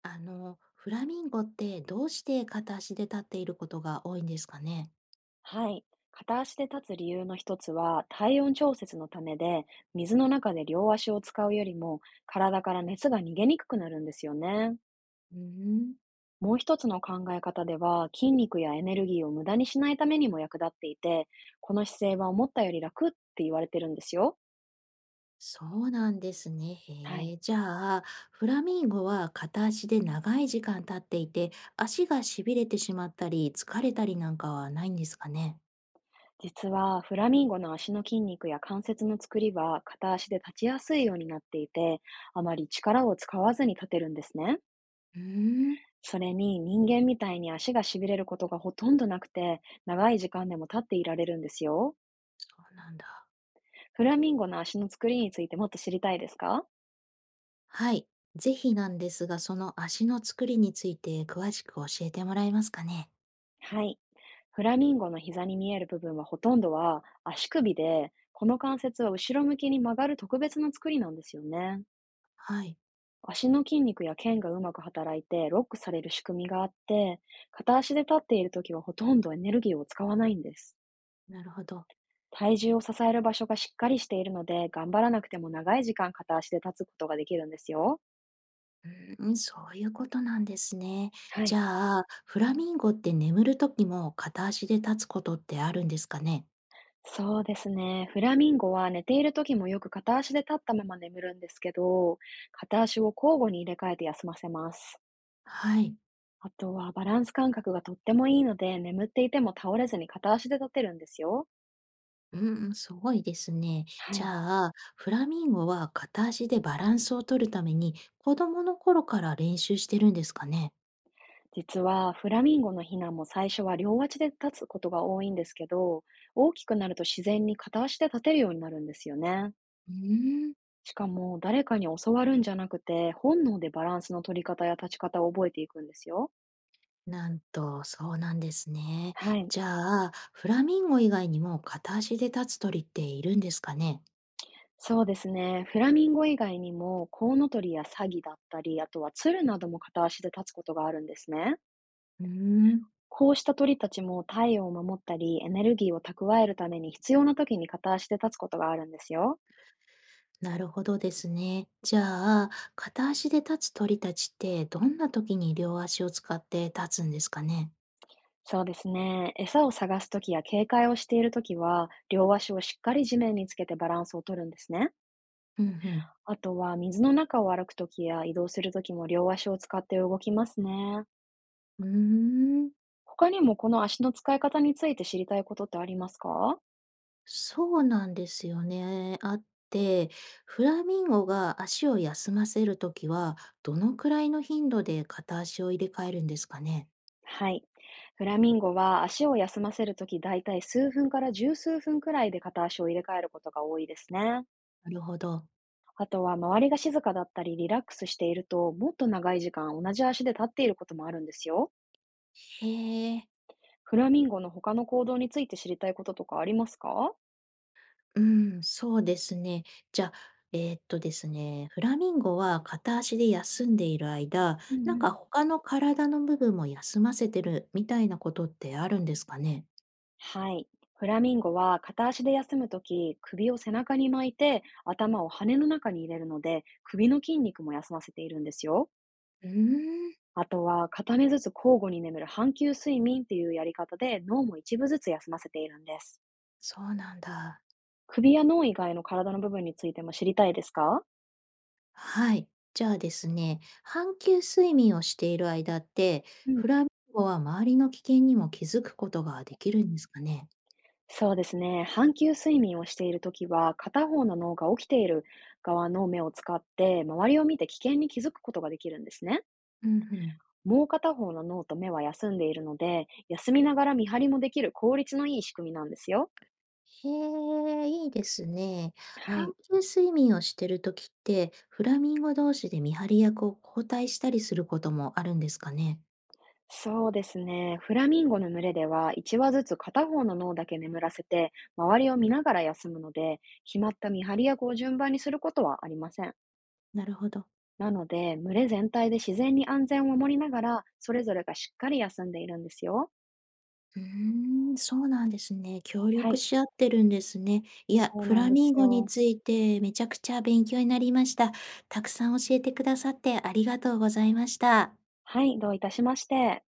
フラミンゴってどうして片足で立っていることが多いんですかね？はい。片足で立つ理由の一つは、体温調節のためで、水の中で両足を使うよりも、体から熱が逃げにくくなるんですよね。うーん、もう一つの考え方では、筋肉やエネルギーを無駄にしないためにも役立っていて、この姿勢は思ったより楽って言われてるんですよ。そうなんですね。はへい。え。じゃあ、フラミンゴは片足で長い時間立っていて、足がしびれてしまったり、疲れたりなんかはないんですかね？実は、フラミンゴの足の筋肉や関節の作りは、片足で立ちやすいようになっていて、あまり力を使わずに立てるんですね。うーん、それに人間みたいに足がしびれることがほとんどなくて、長い時間でも立っていられるんですよ。そうなんだ。フラミンゴの足の作りについてもっと知りたいですか？はい。ぜひなんですが、その足の作りについて詳しく教えてもらえますかね？はい。フラミンゴの膝に見える部分はほとんどは足首で、この関節は後ろ向きに曲がる特別な作りなんですよね。はい。足の筋肉や腱がうまく働いてロックされる仕組みがあって、片足で立っているときはほとんどエネルギーを使わないんです。なるほど。体重を支える場所がしっかりしているので、頑張らなくても長い時間片足で立つことができるんですよ。うーん、そういうことなんですね。はじい。ゃあ、フラミンゴって眠るときも片足で立つことってあるんですかね？そうですね。フラミンゴは寝ている時もよく片足で立ったまま眠るんですけど、片足を交互に入れ替えて休ませます。はい。あとはバランス感覚がとってもいいので、眠っていても倒れずに片足で立てるんですよ。うんうん、すごいですね。はじい。ゃあ、フラミンゴは片足でバランスを取るために、子供の頃から練習してるんですかね？実はフラミンゴのヒナも最初は両足で立つことが多いんですけど、大きくなると自然に片足で立てるようになるんですよね。うーん、しかも、誰かに教わるんじゃなくて、本能でバランスの取り方や立ち方を覚えていくんですよ。なんと、そうなんですね。はい。じゃあ、フラミンゴ以外にも片足で立つ鳥っているんですかね？そうですね。フラミンゴ以外にも、コウノトリやサギだったり、あとはツルなども片足で立つことがあるんですね。うーん。こうした鳥たちも体温を守ったり、エネルギーを蓄えるために必要な時に片足で立つことがあるんですよ。なるほどですね。じゃあ、片足で立つ鳥たちってどんな時に両足を使って立つんですかね？そうですね。餌を探す時や警戒をしている時は、両足をしっかり地面につけてバランスを取るんですね。うんうん。あとは水の中を歩くときや移動するときも両足を使って動きますね。うーん、他にもこの足の使い方について知りたいことってありますか？そうなんですよね。あって、フラミンゴが足を休ませる時は、どのくらいの頻度で片足を入れ替えるんですかね？はい。フラミンゴは足を休ませるときだいたい数分から十数分くらいで片足を入れ替えることが多いですね。なるほど。あとは周りが静かだったりリラックスしているともっと長い時間同じ足で立っていることもあるんですよ。へえ。フラミンゴの他の行動について知りたいこととかありますか？うーん、そうですね。じゃあ、ですね、フラミンゴは片足で休んでいる間、うんなんうかん。他の体の部分も休ませてるみたいなことってあるんですかね？はい。フラミンゴは片足で休むとき、首を背中に巻いて、頭を羽の中に入れるので、首の筋肉も休ませているんですよ。うーん、あとは、片目ずつ交互に眠る半球睡眠っていうやり方で、脳も一部ずつ休ませているんです。そうなんだ。首や脳以外の体の部分についても知りたいですか？はい。じゃあですね、半球睡眠をしている間って、うん。フラミンゴは周りの危険にも気づくことができるんですかね？そうですね。半球睡眠をしているときは、片方の脳が起きている側の目を使って、周りを見て危険に気づくことができるんですね。うん、ん。もう片方の脳と目は休んでいるので、休みながら見張りもできる効率のいい仕組みなんですよ。へえ、いいですね。は半い。球睡眠をしてる時って、フラミンゴ同士で見張り役を交代したりすることもあるんですかね？そうですね。フラミンゴの群れでは、1羽ずつ片方の脳だけ眠らせて、周りを見ながら休むので、決まった見張り役を順番にすることはありません。なるほど。なので、群れ全体で自然に安全を守りながら、それぞれがしっかり休んでいるんですよ。うーん、そうなんですね。協は力い。し合ってるんですね。いや、そうフなんラでミすンゴによ。ついてめちゃくちゃ勉強になりました。たくさん教えてくださってありがとうございました。はい。どういたしまして。